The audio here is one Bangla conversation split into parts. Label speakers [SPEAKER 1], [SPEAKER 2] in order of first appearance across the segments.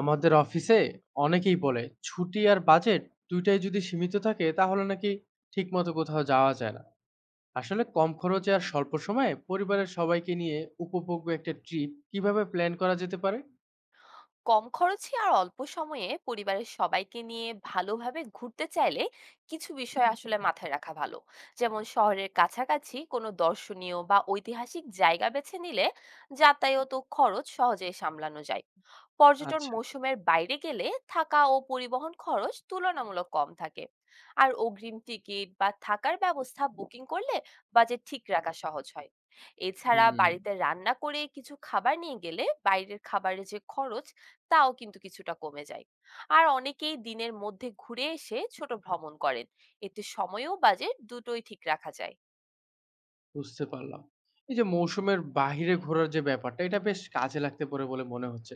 [SPEAKER 1] আমাদের অফিসে অনেকেই বলে ছুটি আর বাজেট দুইটাই যদি সীমিত থাকে তাহলে নাকি ঠিকমতো কোথাও যাওয়া যায় না। আসলে কম খরচে আর স্বল্প সময়ে পরিবারের সবাইকে নিয়ে উপভোগ্য একটা ট্রিপ কিভাবে প্ল্যান করা যেতে পারে?
[SPEAKER 2] কম খরচে আর অল্প সময়ে পরিবারের সবাইকে নিয়ে ভালোভাবে ঘুরতে চাইলে কিছু বিষয় আসলে মাথায় রাখা ভালো। যেমন শহরের কাছাকাছি কোনো দর্শনীয় বা ঐতিহাসিক জায়গা বেছে নিলে যাতায়াত ও খরচ সহজেই সামলানো যায়। পর্যটন
[SPEAKER 1] আচ্ছা।
[SPEAKER 2] মৌসুমের বাইরে গেলে থাকা ও পরিবহন খরচ তুলনামূলক কম থাকে। আর অগ্রিম টিকিট বা থাকার ব্যবস্থা বুকিং করলে বাজেট ঠিক রাখা সহজ হয়। এছাড়া
[SPEAKER 1] হুম।
[SPEAKER 2] বাড়িতে রান্না করে কিছু খাবার নিয়ে গেলে বাইরের খাবারের যে খরচ তাও কিন্তু কিছুটা কমে যায়। আর অনেকেই দিনের মধ্যে ঘুরে এসে ছোট ভ্রমণ করেন, এতে সময়ও বাজেট দুটোই ঠিক রাখা যায়।
[SPEAKER 1] বুঝতে পারলাম। এই যে মৌসুমের বাহিরে ঘোরার যে ব্যাপারটা, এটা বেশ কাজে লাগতে পারে বলে মনে হচ্ছে।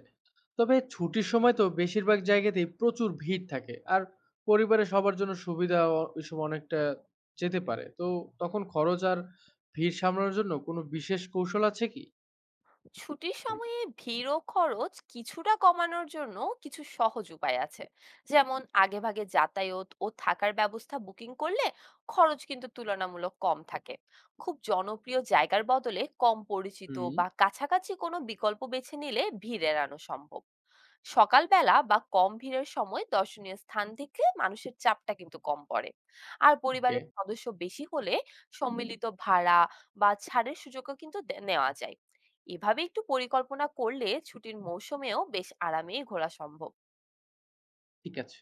[SPEAKER 1] তবে ছুটির সময় তো বেশিরভাগ জায়গাতেই প্রচুর ভিড় থাকে। আর পরিবারের সবার জন্য সুবিধা ওই সময় অনেকটা যেতে পারে। তো তখন খরচ আর ভিড় সামলানোর জন্য কোনো বিশেষ কৌশল আছে কি?
[SPEAKER 2] ছুটির সময়ে ভিড় ও খরচ কিছুটা কমানোর জন্য কিছু সহজ উপায় আছে। যেমন আগেভাগে যাতায়াত ও থাকার ব্যবস্থা বুকিং করলে খরচ কিন্তু তুলনামূলক কম থাকে। খুব জনপ্রিয় জায়গার বদলে কম পরিচিত
[SPEAKER 1] হুম।
[SPEAKER 2] বা কাছাকাছি কোনো বিকল্প বেছে নিলে ভিড় এড়ানো সম্ভব। সকালবেলা বা কম ভিড়ের সময় দর্শনীয় স্থান থেকে মানুষের চাপটা কিন্তু কম পড়ে। আর
[SPEAKER 1] ওকে।
[SPEAKER 2] পরিবারের সদস্য বেশি হলে সম্মিলিত ভাড়া বা ছাড়ের সুযোগও কিন্তু নেওয়া যায়। এভাবে একটু পরিকল্পনা করলে ছুটির মৌসুমেও বেশ আরামেই ঘোরা সম্ভব।
[SPEAKER 1] ঠিক আছে।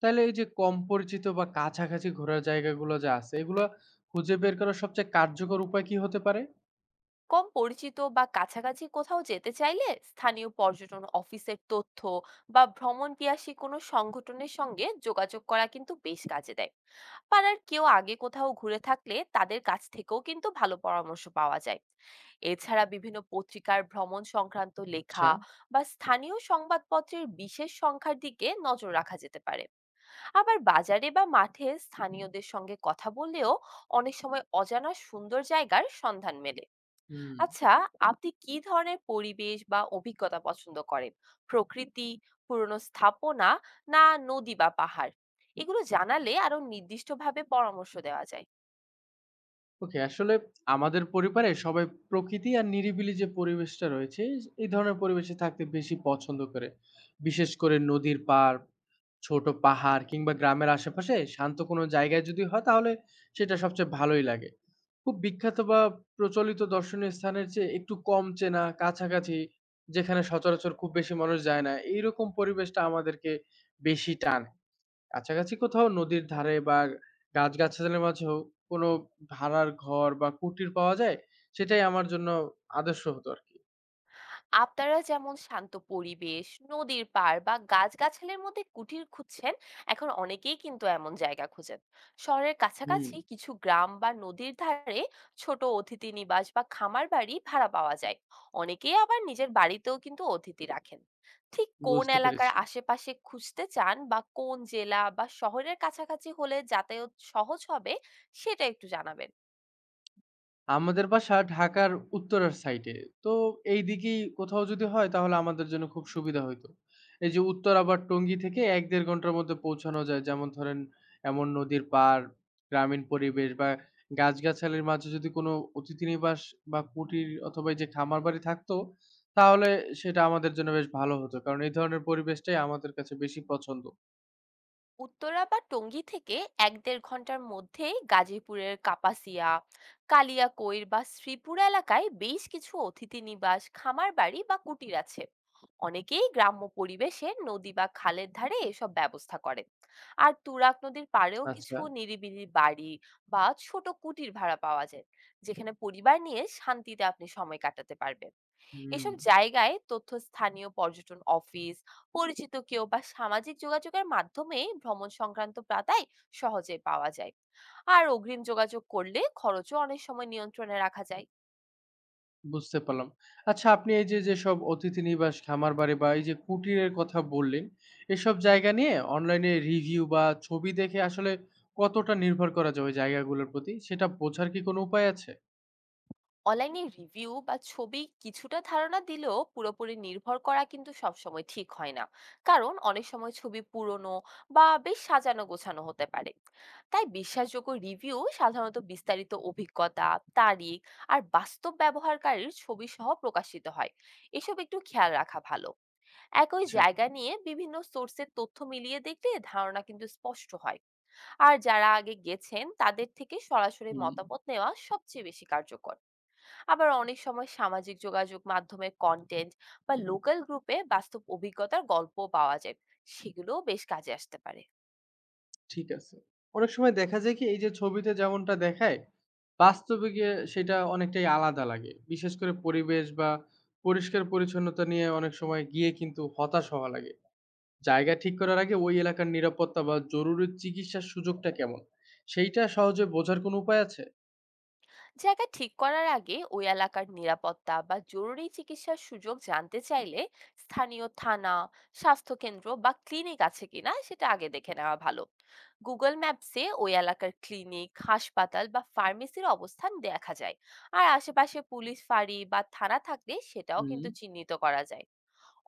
[SPEAKER 1] তাহলে এই যে কম পরিচিত বা কাছাকাছি ঘোরার জায়গাগুলো যা আছে, এগুলা খুঁজে বের করার সবচেয়ে কার্যকর উপায় কি হতে পারে?
[SPEAKER 2] কম পরিচিত বা কাছাকাছি কোথাও যেতে চাইলে স্থানীয় পর্যটন অফিসের তথ্য বা ভ্রমণ পিয়াসী কোনো সংগঠনের সঙ্গে যোগাযোগ করা কিন্তু বেশ কাজে দেয়। পাড়ার কেউ আগে কোথাও ঘুরে থাকলে তাদের কাছ থেকেও কিন্তু ভালো পরামর্শ পাওয়া যায়। এছাড়া বিভিন্ন পত্রিকার ভ্রমণ সংক্রান্ত
[SPEAKER 1] আচ্ছা।
[SPEAKER 2] লেখা বা স্থানীয় সংবাদপত্রের বিশেষ সংখ্যার দিকে নজর রাখা যেতে পারে। আবার বাজারে বা মাঠে স্থানীয়দের সঙ্গে কথা বললেও অনেক সময় অজানা সুন্দর জায়গার সন্ধান মেলে।
[SPEAKER 1] হুম।
[SPEAKER 2] আচ্ছা, আপনি কি ধরনের পরিবেশ বা অভিজ্ঞতা পছন্দ করেন? প্রকৃতি, পুরনো স্থাপনা, না নদী বা পাহাড়? এগুলো জানালে আরো নির্দিষ্টভাবে পরামর্শ দেওয়া যায়।
[SPEAKER 1] ওকে, আসলে আমাদের পরিবারে সবাই প্রকৃতি আর নিরিবিলি যে পরিবেশটা রয়েছে এই ধরনের পরিবেশে থাকতে বেশি পছন্দ করে। বিশেষ করে নদীর পাড়, ছোট পাহাড় কিংবা গ্রামের আশেপাশে শান্ত কোনো জায়গায় যদি হয় তাহলে সেটা সবচেয়ে ভালোই লাগে। খুব বিখ্যাত বা প্রচলিত দর্শনীয় স্থানের চেয়ে একটু কম চেনা কাছাকাছি, যেখানে সচরাচর খুব বেশি মানুষ যায় না, এইরকম পরিবেশটা আমাদেরকে বেশি টানে। কাছাকাছি কোথাও নদীর ধারে বা গাছ-গাছালির মাঝেও কোনো ভাড়ার ঘর বা কুটির পাওয়া যায়, সেটাই আমার জন্য আদর্শ হতো আরকি।
[SPEAKER 2] আপনারা যেমন শান্ত পরিবেশ, নদীর পাড় বা গাছগাছালির মধ্যে কুটির খুঁজছেন, এখন অনেকেই কিন্তু এমন জায়গা খোঁজেন। শহরের
[SPEAKER 1] হুম,
[SPEAKER 2] কাছাকাছি কিছু গ্রাম বা নদীর ধারে ছোট অতিথি নিবাস বা খামার বাড়ি ভাড়া পাওয়া যায়। অনেকেই আবার নিজের বাড়িতেও কিন্তু অতিথি রাখেন। ঠিক কোন
[SPEAKER 1] বুঝতে
[SPEAKER 2] এলাকার
[SPEAKER 1] পেরেছি।
[SPEAKER 2] আশেপাশে খুঁজতে চান বা কোন জেলা বা শহরের কাছাকাছি হলে যাতায়াত সহজ হবে সেটা একটু জানাবেন।
[SPEAKER 1] আমাদের বাসা ঢাকার উত্তরার সাইডে। তো এইদিকেই কোথাও যদি হয় তাহলে আমাদের জন্য খুব সুবিধা হইতো। এই যে উত্তরা বা টঙ্গী থেকে ১-১.৫ ঘন্টার মধ্যে পৌঁছানো যায়। যেমন ধরেন এমন নদীর পাড়, গ্রামীণ পরিবেশ বা গাছগাছালির মাঝে যদি কোনো অতিথি নিবাস বা কুটির অথবা এই যে খামার বাড়ি থাকতো, তাহলে সেটা আমাদের জন্য বেশ ভালো হতো। কারণ এই ধরনের পরিবেশটাই আমাদের কাছে বেশি পছন্দ।
[SPEAKER 2] উত্তরা বা টঙ্গী থেকে এক দেড় ঘন্টার মধ্যেই গাজীপুরের কাপাসিয়া, কালিয়াকৈর বা শ্রীপুর এলাকায় বেশ কিছু অতিথি নিবাস, খামার বাড়ি বা কুটির আছে। অনেকেই গ্রাম্য পরিবেশে নদী বা খালের ধারে এসব ব্যবস্থা করে। আর তুরাগ নদীর পাড়েও কিছু
[SPEAKER 1] আচ্ছা।
[SPEAKER 2] নিরিবিলি বাড়ি বা ছোট কুটির ভাড়া পাওয়া যায়, যেখানে পরিবার নিয়ে শান্তিতে আপনি সময় কাটাতে পারবেন।
[SPEAKER 1] হুম।
[SPEAKER 2] এসব জায়গায় তথ্য স্থানীয় পর্যটন অফিস, পরিচিত কেউ বা সামাজিক যোগাযোগের মাধ্যমে ভ্রমণ সংক্রান্ত পাতায় সহজে পাওয়া যায়। আর অগ্রিম যোগাযোগ করলে খরচও অনেক সময় নিয়ন্ত্রণে রাখা যায়।
[SPEAKER 1] বুঝতে পারলাম। আচ্ছা, আপনি এই যে, যেসব অতিথি নিবাস, খামার বাড়ি বা এই যে কুটিরের কথা বললেন, এসব জায়গা নিয়ে অনলাইনে রিভিউ বা ছবি দেখে আসলে কতটা নির্ভর করা যায় ওই জায়গাগুলোর প্রতি সেটা বোঝার কি কোনো উপায় আছে?
[SPEAKER 2] অনলাইনে রিভিউ বা ছবি কিছুটা ধারণা দিলেও পুরোপুরি নির্ভর করা কিন্তু সবসময় ঠিক হয় না, কারণ অনেক সময় ছবি পুরনো বা বেশ সাজানো গোছানো হতে পারে। তাই বিশ্বাসযোগ্য রিভিউ সাধারণত বিস্তারিত অভিজ্ঞতা, তারিখ আর বাস্তব ব্যবহারকারীর ছবি সহ প্রকাশিত হয়। এসব একটু খেয়াল রাখা ভালো। একই
[SPEAKER 1] আচ্ছা।
[SPEAKER 2] জায়গা নিয়ে বিভিন্ন সোর্সের তথ্য মিলিয়ে দেখলে ধারণা কিন্তু স্পষ্ট হয়। আর যারা আগে গেছেন তাদের থেকে সরাসরি
[SPEAKER 1] হুম।
[SPEAKER 2] মতামত নেওয়া সবচেয়ে বেশি কার্যকর। আবার অনেক সময় সামাজিক যোগাযোগ মাধ্যমে কন্টেন্ট বা লোকাল গ্রুপে বাস্তব অভিজ্ঞতার গল্প পাওয়া যায়, সেগুলোও বেশ কাজে আসতে পারে।
[SPEAKER 1] ঠিক আছে। অনেক সময় দেখা যায় কি এই যে ছবিতে যেমনটা দেখায়, বাস্তবে গিয়ে সেটা অনেকটাই আলাদা লাগে। বিশেষ করে পরিবেশ বা পরিষ্কার পরিচ্ছন্নতা নিয়ে অনেক সময় গিয়ে কিন্তু হতাশ হওয়া লাগে। জায়গা ঠিক করার আগে ওই এলাকার নিরাপত্তা বা জরুরি চিকিৎসার সুযোগটা কেমন সেইটা সহজে বোঝার কোনো উপায় আছে?
[SPEAKER 2] জায়গা ঠিক করার আগে ওই এলাকার নিরাপত্তা বা জরুরি চিকিৎসার সুযোগ জানতে চাইলে স্থানীয় থানা, স্বাস্থ্যকেন্দ্র বা ক্লিনিক আছে কিনা সেটা আগে দেখে নেওয়া ভালো। গুগল ম্যাপসে ওই এলাকার ক্লিনিক, হাসপাতাল বা ফার্মেসির অবস্থান দেখা যায়। আর আশেপাশে পুলিশ ফাঁড়ি বা থানা থাকলে সেটাও
[SPEAKER 1] হুম।
[SPEAKER 2] কিন্তু চিহ্নিত করা যায়।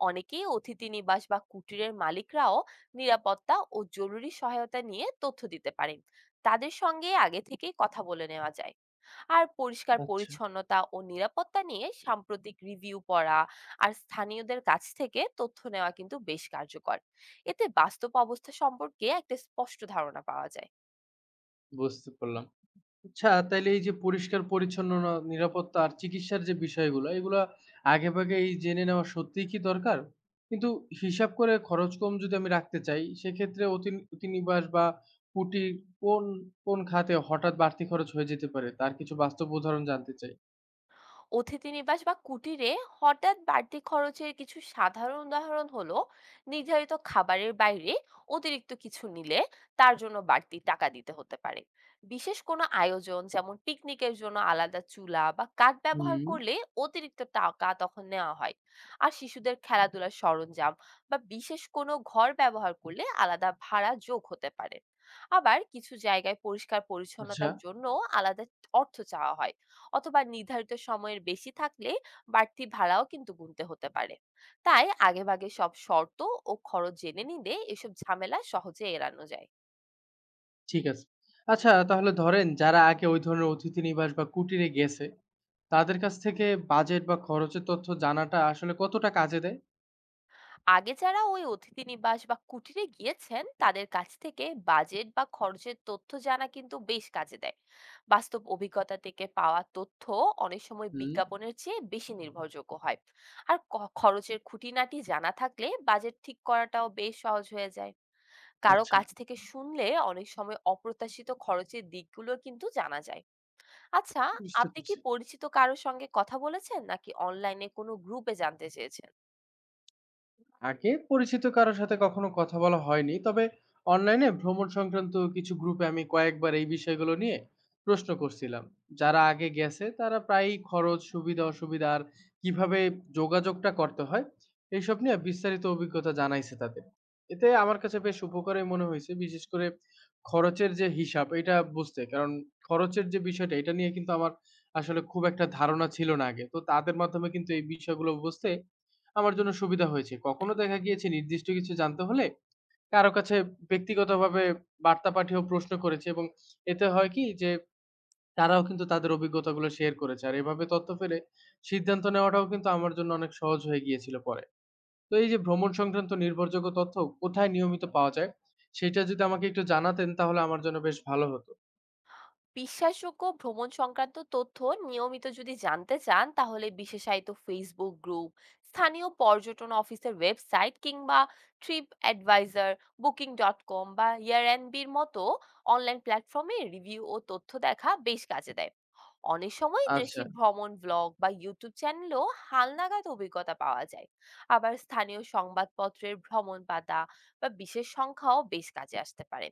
[SPEAKER 2] অনেকেই অতিথি নিবাস বা কুটিরের মালিকরাও নিরাপত্তা ও জরুরি সহায়তা নিয়ে তথ্য দিতে পারেন, তাদের সঙ্গে আগে থেকেই কথা বলে নেওয়া যায়। আর পরিষ্কার
[SPEAKER 1] আচ্ছা।
[SPEAKER 2] পরিচ্ছন্নতা ও নিরাপত্তা নিয়ে সাম্প্রতিক রিভিউ পড়া আর স্থানীয়দের কাছ থেকে তথ্য নেওয়া কিন্তু বেশ কার্যকর। এতে বাস্তব অবস্থা সম্পর্কে একটা স্পষ্ট ধারণা পাওয়া যায়।
[SPEAKER 1] বুঝতে পারলাম। আচ্ছা তাইলে এই যে পরিষ্কার পরিচ্ছন্ন নিরাপত্তা আর চিকিৎসার যে বিষয়গুলো এগুলো আগে ভাগে এই জেনে নেওয়া সত্যিই কি দরকার? কিন্তু হিসাব করে খরচ কম যদি আমি রাখতে চাই সেক্ষেত্রে অতিনিবাস বা কুটির কোন কোন খাতে হঠাৎ বাড়তি খরচ হয়ে যেতে পারে তার কিছু বাস্তব উদাহরণ জানতে চাই।
[SPEAKER 2] অতিথি নিবাস বা কুটিরে হঠাৎ বাড়তি খরচের কিছু সাধারণ উদাহরণ হলো, নির্ধারিত খাবারের বাইরে অতিরিক্ত কিছু নিলে তার জন্য বাড়তি টাকা দিতে হতে পারে। বিশেষ কোনো আয়োজন যেমন পিকনিকের জন্য আলাদা চুলা বা কাঠ ব্যবহার
[SPEAKER 1] হুম।
[SPEAKER 2] করলে অতিরিক্ত টাকা তখন নেওয়া হয়। আর শিশুদের খেলাধুলার সরঞ্জাম বা বিশেষ কোনো ঘর ব্যবহার করলে আলাদা ভাড়া যোগ হতে পারে। আবার কিছু জায়গায় পরিষ্কার
[SPEAKER 1] আচ্ছা।
[SPEAKER 2] পরিচ্ছন্নতার জন্য আলাদা অর্থ চাওয়া হয়, অথবা নির্ধারিত সময়ের বেশি থাকলে বাড়তি ভাড়াও কিন্তু গুনতে হতে পারে। তাই আগেভাগে সব শর্ত ও খরচ জেনে নিলে এসব ঝামেলা সহজে এড়ানো যায়।
[SPEAKER 1] ঠিক আছে। আচ্ছা তাহলে ধরেন যারা আগে ওই ধরনের অতিথি নিবাস বা কুটিরে গেছে, তাদের কাছ থেকে বাজেট বা খরচের তথ্য জানাটা আসলে কতটা কাজে দেয়?
[SPEAKER 2] আগে যারা ওই অতিথি নিবাস বা কুটিরে গিয়েছেন তাদের কাছ থেকে বাজেট বা খরচের তথ্য জানা কিন্তু বেশ কাজে দেয়। বাস্তব অভিজ্ঞতা থেকে পাওয়া তথ্য অনেক সময়
[SPEAKER 1] হুম।
[SPEAKER 2] বিজ্ঞাপনের চেয়ে বেশি নির্ভরযোগ্য হয়। আর খরচের খুঁটিনাটি জানা থাকলে বাজেট ঠিক করাটাও বেশ সহজ হয়ে যায়। কারো
[SPEAKER 1] আচ্ছা,
[SPEAKER 2] কাছ থেকে শুনলে অনেক সময় অপ্রত্যাশিত খরচের দিকগুলো কিন্তু জানা যায়। আচ্ছা,
[SPEAKER 1] বুঝতে
[SPEAKER 2] আপনি কি
[SPEAKER 1] পারছি।
[SPEAKER 2] পরিচিত কারো সঙ্গে কথা বলেছেন নাকি অনলাইনে কোনো গ্রুপে জানতে চেয়েছেন?
[SPEAKER 1] আগে পরিচিত কারোর সাথে কখনো কথা বলা হয়নি, তবে অনলাইনে ভ্রমণ সংক্রান্ত কিছু গ্রুপে আমি কয়েকবার এই বিষয়গুলো নিয়ে প্রশ্ন করছিলাম। যারা আগে গেছে তারা প্রায়ই খরচ, সুবিধা অসুবিধা আর কিভাবে যোগাযোগটা করতে হয় এইসব নিয়ে বিস্তারিত অভিজ্ঞতা জানাইছে তাদের। এতে আমার কাছে বেশ উপকারী মনে হয়েছে, বিশেষ করে খরচের যে হিসাব এটা বুঝতে। কারণ খরচের যে বিষয়টা এটা নিয়ে কিন্তু আমার আসলে খুব একটা ধারণা ছিল না আগে, তো তাদের মাধ্যমে কিন্তু এই বিষয়গুলো বুঝতে আমার জন্য সুবিধা হয়েছে। কখনো দেখা গিয়েছে নির্দিষ্ট কিছু জানতে হলে কারো কাছে ব্যক্তিগতভাবে বার্তা পাঠিয়েও প্রশ্ন করেছি, এবং এতে হয় কি যে তারাও কিন্তু তাদের অভিজ্ঞতাগুলো শেয়ার করেছে। আর এভাবে তথ্য পেলে সিদ্ধান্ত নেওয়াটাও কিন্তু আমার জন্য অনেক সহজ হয়ে গিয়েছিল পরে। তো এই যে ভ্রমণ সংক্রান্ত নির্ভরযোগ্য তথ্য কোথায় নিয়মিত পাওয়া যায়, সেটা যদি আমাকে একটু জানাতেন তাহলে আমার জন্য বেশ ভালো হতো।
[SPEAKER 2] বিশ্বাসযোগ্য ভ্রমণ সংক্রান্ত তথ্য নিয়মিত যদি জানতে চান তাহলে বিশেষায়িত ফেসবুক গ্রুপ, স্থানীয় পর্যটন অফিসের ওয়েবসাইট কিংবা ট্রিপ অ্যাডভাইজার, বুকিং.com বা ইয়ার মতো অনলাইন প্ল্যাটফর্মে রিভিউ ও তথ্য দেখা বেশ কাজে দেয়। অনেক সময় দেশি
[SPEAKER 1] আচ্ছা।
[SPEAKER 2] ভ্রমণ ব্লগ বা ইউটিউব চ্যানেলেও হালনাগাদ অভিজ্ঞতা পাওয়া যায়। আবার স্থানীয় সংবাদপত্রের ভ্রমণ পাতা বা বিশেষ সংখ্যাও বেশ কাজে আসতে পারে।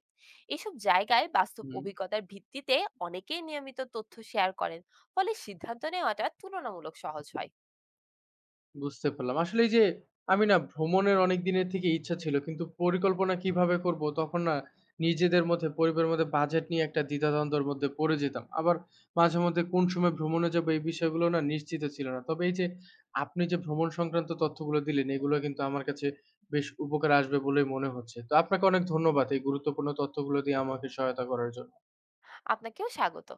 [SPEAKER 2] এসব জায়গায় বাস্তব
[SPEAKER 1] হুম।
[SPEAKER 2] অভিজ্ঞতার ভিত্তিতে অনেকেই নিয়মিত তথ্য শেয়ার করেন, ফলে সিদ্ধান্ত নেওয়াটা তুলনামূলক সহজ হয়।
[SPEAKER 1] বুঝতে পারলাম। আসলে এই যে আমি না, ভ্রমণের অনেক দিনের থেকে ইচ্ছা ছিল। কিন্তু পরিকল্পনা কিভাবে করব তখন না নিজেদের মধ্যে, পরিবারের মধ্যে বাজেট নিয়ে একটা দ্বিধাদ্বন্দ্বের মধ্যে পড়ে যেতাম। আবার মাঝে মধ্যে কোন সময় ভ্রমণে যাবো এই বিষয়গুলো না নিশ্চিত ছিল না। তবে এই যে আপনি যে ভ্রমণ সংক্রান্ত তথ্যগুলো দিলেন এগুলো কিন্তু আমার কাছে বেশ উপকারে আসবে বলেই মনে হচ্ছে। তো আপনাকে অনেক ধন্যবাদ এই গুরুত্বপূর্ণ তথ্যগুলো দিয়ে আমাকে সহায়তা করার জন্য।
[SPEAKER 2] আপনাকেও স্বাগত।